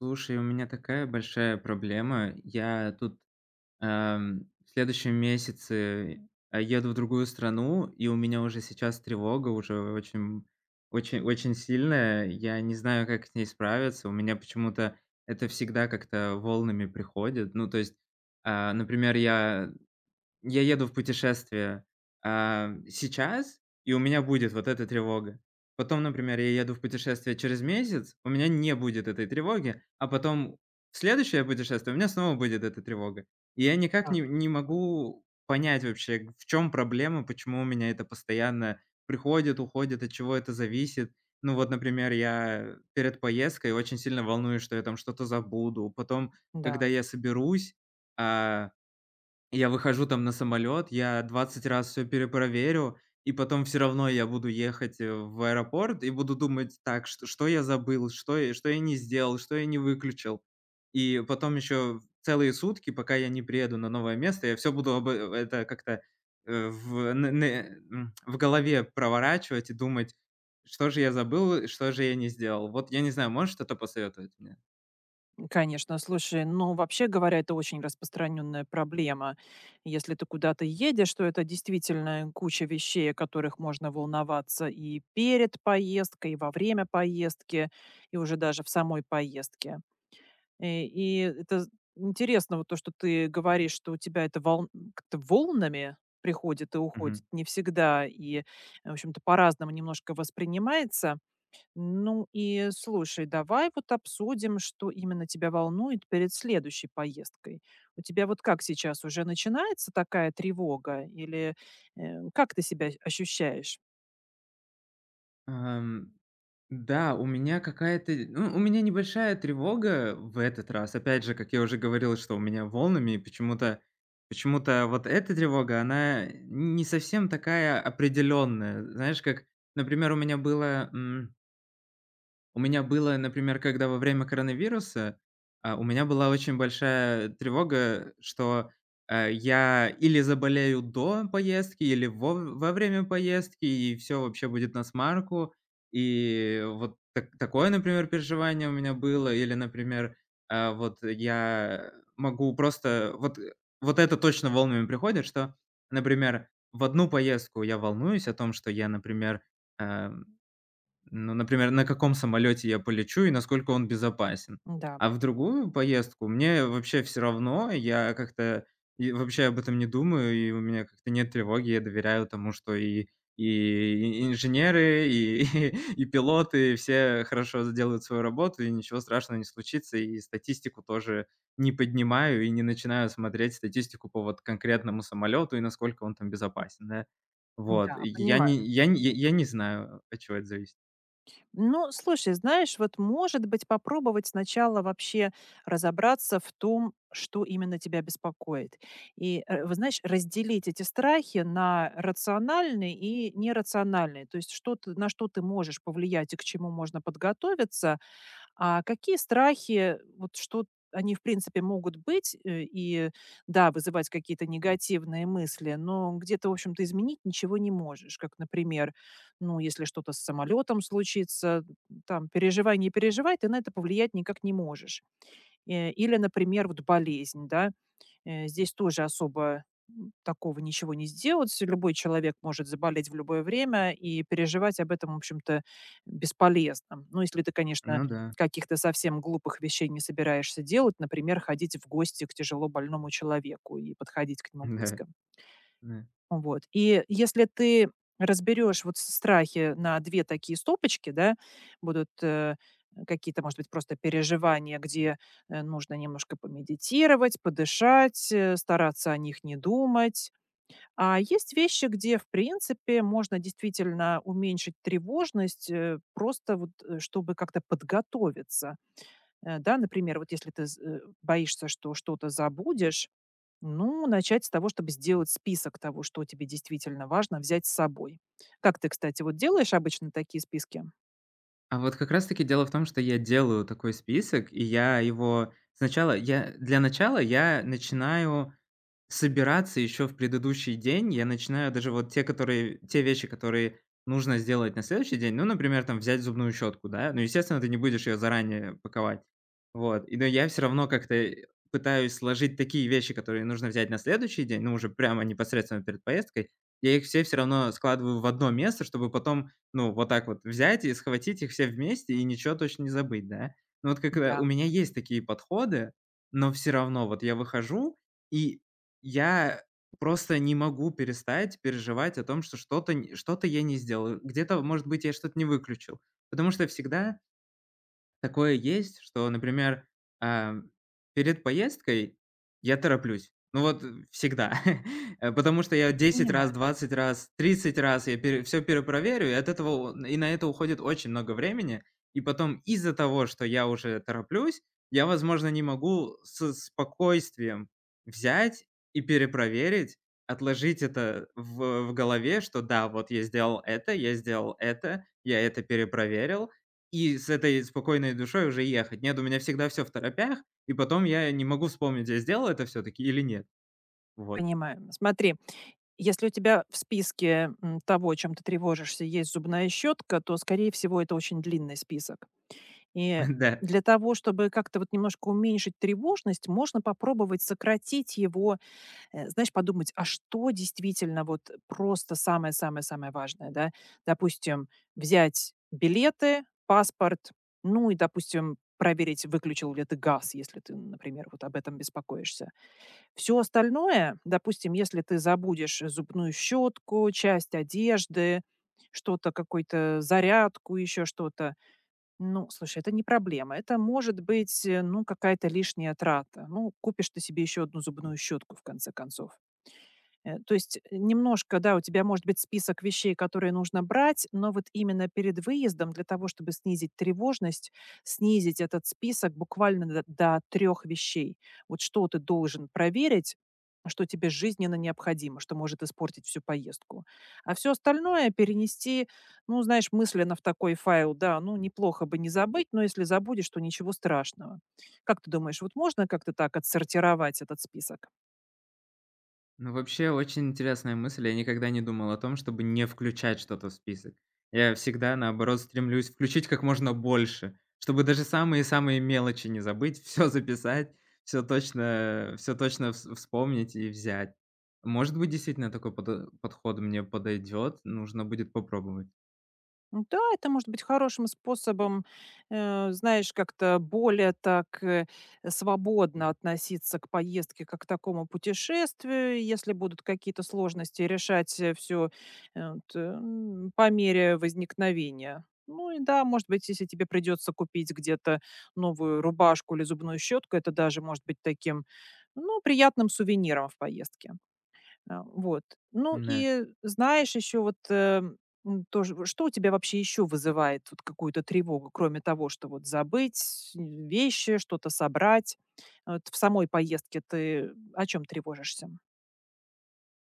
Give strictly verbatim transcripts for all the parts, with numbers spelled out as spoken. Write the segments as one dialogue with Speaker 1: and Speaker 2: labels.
Speaker 1: Слушай, у меня такая большая проблема. Я тут, эм, в следующем месяце, э, еду в другую страну, и у меня уже сейчас тревога уже очень очень очень сильная. Я не знаю, как с ней справиться. У меня почему-то это всегда как-то волнами приходит. Ну, то есть, а, например, я я еду в путешествие, а, сейчас, и у меня будет вот эта тревога. Потом, например, я еду в путешествие через месяц, у меня не будет этой тревоги, а потом в следующее путешествие у меня снова будет эта тревога. И я никак
Speaker 2: Так,
Speaker 1: не не могу понять вообще, г- в чем проблема, почему у меня это постоянно приходит, уходит, от чего это зависит. Ну вот, например, я перед поездкой очень сильно волнуюсь, что я там что-то забуду. Потом,
Speaker 2: да,
Speaker 1: когда я соберусь, а я выхожу там на самолет, я двадцать раз все перепроверю, и потом все равно я буду ехать, э, в аэропорт и буду думать: "Так, что что я забыл, что я что я не сделал, что я не выключил". И потом еще целые сутки, пока я не приеду на новое место, я все буду об э- это как-то, э, в н н м, в голове проворачивать и думать: "Что же я забыл, что же я не сделал?" Вот я не знаю, можешь что-то посоветовать мне?
Speaker 2: конечно. Слушай, ну, вообще говоря, это очень распространенная проблема. Если ты куда-то едешь, то это действительно куча вещей, о которых можно волноваться и перед поездкой, и во время поездки, и уже даже в самой поездке. И, и это з- интересно, вот то, что ты говоришь, что у тебя это волн- как-то волнами приходит и
Speaker 1: Мгм.
Speaker 2: уходит не всегда, и, э, в общем-то, по-разному немножко воспринимается. Ну и слушай, давай вот обсудим, что именно тебя волнует перед следующей поездкой. У тебя вот как сейчас уже начинается такая тревога или э, как ты себя ощущаешь?
Speaker 1: Да, у меня какая-то, ну, у меня небольшая тревога в этот раз. Опять же, как я уже говорил, что у меня волнами, и почему-то почему-то вот эта тревога, она не совсем такая определенная. Знаешь, как, например, у меня было, м, у меня было, например, когда во время коронавируса, а, у меня была очень большая тревога, что, э, я или заболею до поездки, или во во время поездки, и все вообще будет насмарку. И вот так такое, например, переживание у меня было. Или, например, э, вот я могу просто вот вот это точно волнами приходит, что, например, в одну поездку я волнуюсь о том, что я, например, э ну, например, на каком самолете я полечу и насколько он безопасен.
Speaker 2: Да,
Speaker 1: А в другую поездку мне вообще все равно, я как-то и вообще об этом не думаю, и у меня как-то нет тревоги. Я доверяю тому, что и и инженеры, и и пилоты, все хорошо сделают свою работу, и ничего страшного не случится. И статистику тоже не поднимаю и не начинаю смотреть статистику по вот конкретному самолету и насколько он там безопасен, да. Вот.
Speaker 2: да,
Speaker 1: Я
Speaker 2: понимаю.
Speaker 1: не я не я я не знаю, от чего это зависит.
Speaker 2: Ну, слушай, знаешь, вот, может быть, попробовать сначала вообще разобраться в том, что именно тебя беспокоит. И, э, вы знаешь, разделить эти страхи на рациональные и нерациональные. То есть что ты, на что ты можешь повлиять и к чему можно подготовиться, а какие страхи, вот что они, в принципе, могут быть, э, и да, вызывать какие-то негативные мысли, но где ты, в общем-то, изменить ничего не можешь. Как, например, ну, если что-то с самолетом случится, там, переживай, не переживай, ты на это повлиять никак не можешь. Э, Или, например, вот болезнь, да. Э, здесь тоже особо, такого ничего не сделать. Любой человек может заболеть в любое время, и переживать об этом, в общем-то, бесполезно. Ну, если ты, конечно,
Speaker 1: Ну да,
Speaker 2: каких-то совсем глупых вещей не собираешься делать, например, ходить в гости к тяжело больному человеку и подходить к нему
Speaker 1: да,
Speaker 2: близко.
Speaker 1: да.
Speaker 2: Вот. И если ты разберешь вот с страхи на две такие стопочки, да, будут, э, какие-то, может быть, просто переживания, где, э, нужно немножко помедитировать, подышать, э, стараться о них не думать. А есть вещи, где, в принципе, можно действительно уменьшить тревожность, э, просто вот, э, чтобы как-то подготовиться. Э, да, например, вот если ты з э, боишься, что что-то забудешь, ну, начать с того, чтобы сделать список того, что тебе действительно важно взять с собой. Как ты, кстати, вот делаешь обычно такие списки?
Speaker 1: А вот как раз таки дело в том, что я делаю такой список, и я его сначала я для начала я начинаю собираться еще в предыдущий день, я начинаю даже вот те, которые те вещи, которые нужно сделать на следующий день. Ну, например, там взять зубную щетку, да. Ну, естественно, ты не будешь ее заранее паковать. Вот. И, но я все равно как-то, э, пытаюсь сложить такие вещи, которые нужно взять на следующий день, ну, уже прямо непосредственно перед поездкой. Я их все все равно складываю в одно место, чтобы потом, ну, вот так вот взять и схватить их все вместе и ничего точно не забыть, да. Ну, вот как, э,
Speaker 2: Да,
Speaker 1: у меня есть такие подходы, но все равно вот я выхожу, и я просто не могу перестать переживать о том, что что-то нь что-то я не сделал. Где-то, может быть, я что-то не выключил. Потому что всегда такое есть, что, например, ам, перед поездкой я тороплюсь. Ну вот э, всегда. Э, потому что я десять раз,
Speaker 2: понимаю,
Speaker 1: двадцать раз, тридцать раз я все перепроверю, и от этого у- и на это уходит очень много времени. И потом из-за того, что я уже тороплюсь, я, возможно, не могу со спокойствием взять и перепроверить, отложить это в в голове, что да, вот я сделал это, я сделал это, я это перепроверил. И с этой спокойной душой уже ехать. Нет, у меня всегда все в второпях, и потом я не могу вспомнить, я сделал это все таки или нет. Вот,
Speaker 2: понимаю. Смотри, если у тебя в списке м, того, о чем ты тревожишься, есть зубная щетка, то, скорее всего, это очень длинный список. И
Speaker 1: да.
Speaker 2: для того, чтобы как-то вот немножко уменьшить тревожность, можно попробовать сократить его э, знаешь, подумать, а что действительно вот просто самое-самое-самое важное, да? Допустим, взять билеты, паспорт, ну и, допустим, проверить, выключил ли ты газ, если ты, например, вот об этом беспокоишься. Все остальное, допустим, если ты забудешь зубную щетку, часть одежды, что-то, какую-то зарядку, еще что-то. Ну, слушай, это не проблема. Это может быть, э, ну, какая-то лишняя трата. Ну, купишь ты себе еще одну зубную щетку, в конце концов. Э, то есть э, немножко, да, у тебя может быть список вещей, которые нужно брать, но вот именно перед выездом для того, чтобы снизить тревожность, снизить этот список буквально до до трёх вещей. Вот что ты должен проверить, что тебе жизненно необходимо, что может испортить всю поездку. А все остальное перенести, ну, знаешь, мысленно в такой файл. Да, ну, неплохо бы не забыть, но если забудешь, то ничего страшного. Как ты думаешь, вот можно как-то так отсортировать этот список?
Speaker 1: Ну, вообще, очень интересная мысль. Я никогда не думал о том, чтобы не включать что-то в список. Я всегда, наоборот, стремлюсь включить как можно больше, чтобы даже самые-самые мелочи не забыть, все записать, все точно все точно вс вспомнить и взять. Может быть, действительно такой подо подход мне подойдет, нужно будет попробовать.
Speaker 2: Да, это может быть хорошим способом, э, знаешь, как-то более так э, свободно относиться к поездке, как к такому путешествию. Если будут какие-то сложности, решать все по мере возникновения. Ну и да, может быть, если тебе придется купить где-то новую рубашку или зубную щетку, это даже может быть таким, ну, приятным сувениром в поездке. А, вот. Ну
Speaker 1: Да.
Speaker 2: и знаешь, еще вот, э, м, тоже, в что у тебя вообще еще вызывает вот какую-то тревогу, кроме того, что вот забыть э, вещи, что-то собрать? Вот в самой поездке ты о чем тревожишься?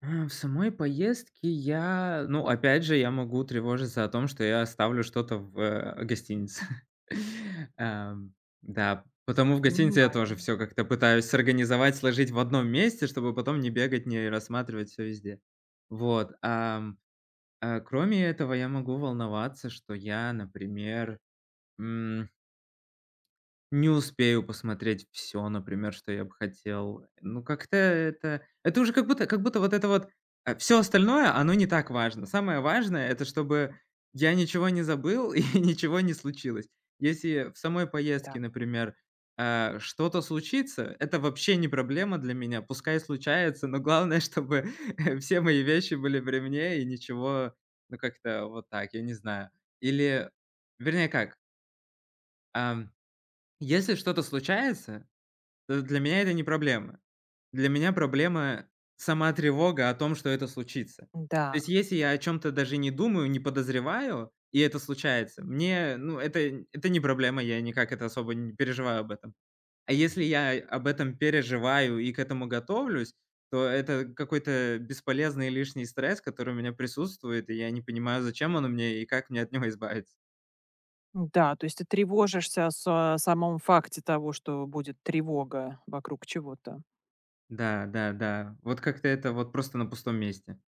Speaker 1: А, в самой поездке я ну, опять же, я могу тревожиться о том, что я оставлю что-то в, э, гостинице. Ам, да, потому в гостинице я тоже
Speaker 2: Понимаю,
Speaker 1: все как-то пытаюсь сорганизовать, сложить в одном месте, чтобы потом не бегать, не рассматривать все везде. Вот, ам, а, кроме этого, я могу волноваться, что я, например, не успею посмотреть все, например, что я бы хотел. Ну, как-то это это уже как будто как будто вот это вот, все остальное, оно не так важно. Самое важное- это чтобы я ничего не забыл и ничего не случилось. Если в самой
Speaker 2: да.
Speaker 1: поездке, например, э, что-то случится, это вообще не проблема для меня. Пускай случается, но главное, чтобы, все мои вещи были при мне и ничего, ну, как-то вот так, я не знаю. Или, вернее как, а если что-то случается, то для меня это не проблема. Для меня проблема сама тревога о том, что это случится. То
Speaker 2: Да,
Speaker 1: есть если я о чем то даже не думаю, не подозреваю, и это случается, мне, ну, это это не проблема, я никак это особо не переживаю об этом. А если я об этом переживаю и к этому готовлюсь, то это какой-то бесполезный лишний стресс, который у меня присутствует, и я не понимаю, зачем он мне и как мне от него избавиться.
Speaker 2: да, то есть ты тревожишься о са самом факте того, что будет тревога вокруг чего-то.
Speaker 1: Да, да, да. Вот как-то это вот просто на пустом месте.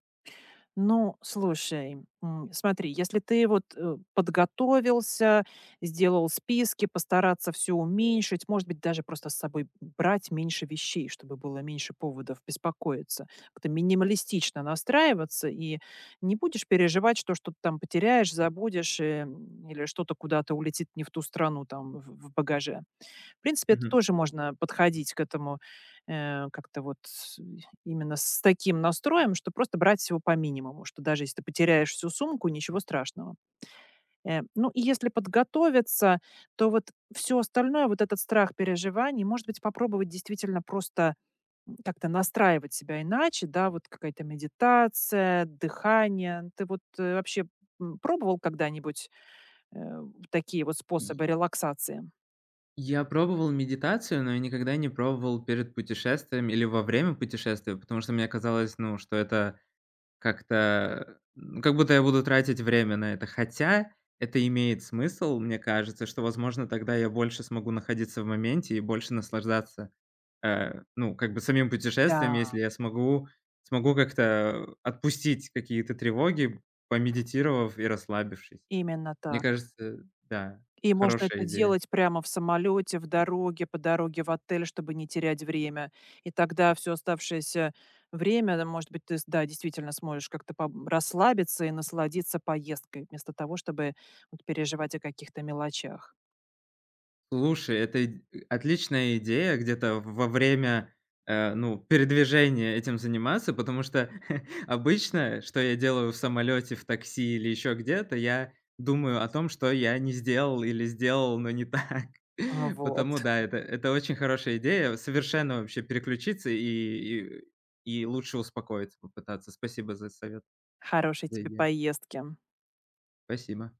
Speaker 2: Ну, слушай, м, смотри, если ты вот э, подготовился, сделал списки, постараться все уменьшить, может быть, даже просто с собой брать меньше вещей, чтобы было меньше поводов беспокоиться, как-то минималистично настраиваться и не будешь переживать, что что-то там потеряешь, забудешь э, или что-то куда-то улетит не в ту страну там в в багаже. В принципе, это тоже можно подходить к этому, э, как-то вот с именно с таким настроем, что просто брать всего по минимуму, что даже если ты потеряешь всю сумку, ничего страшного. Э, ну, и если подготовиться, то вот все остальное, вот этот страх переживаний, может быть, попробовать действительно просто, м, как-то настраивать себя иначе, да, вот какая-то медитация, дыхание. Ты вот, э, вообще, м, пробовал когда-нибудь, э, такие вот способы
Speaker 1: И
Speaker 2: релаксации?
Speaker 1: я пробовал медитацию, но я никогда не пробовал перед путешествием или во время путешествия, потому что мне казалось, ну, что это как-то, ну, как будто я буду тратить время на это. Хотя это имеет смысл, мне кажется, что, возможно, тогда я больше смогу находиться в моменте и больше наслаждаться, э, ну, как бы самим путешествием,
Speaker 2: Да,
Speaker 1: если я смогу, смогу как-то отпустить какие-то тревоги, помедитировав и расслабившись.
Speaker 2: именно
Speaker 1: Мне
Speaker 2: так.
Speaker 1: кажется, да,
Speaker 2: И можно
Speaker 1: хорошая
Speaker 2: это
Speaker 1: идея.
Speaker 2: делать прямо в самолете, в дороге, по дороге в отель, чтобы не терять время. И тогда все оставшееся время, да, может быть, ты с да, действительно сможешь как-то пом расслабиться и насладиться поездкой, вместо того, чтобы вот переживать о каких-то мелочах.
Speaker 1: Слушай, это ид отличная идея где-то во время, э, ну, передвижения этим заниматься, потому что обычно, что я делаю в самолете, в такси или еще где-то, я думаю о том, что я не сделал или сделал, но не так. Потому
Speaker 2: Вот.
Speaker 1: да, это это очень хорошая идея, совершенно вообще переключиться и и и лучше успокоиться попытаться. Спасибо за совет,
Speaker 2: Хорошей
Speaker 1: за
Speaker 2: тебе
Speaker 1: идею.
Speaker 2: поездки.
Speaker 1: Спасибо.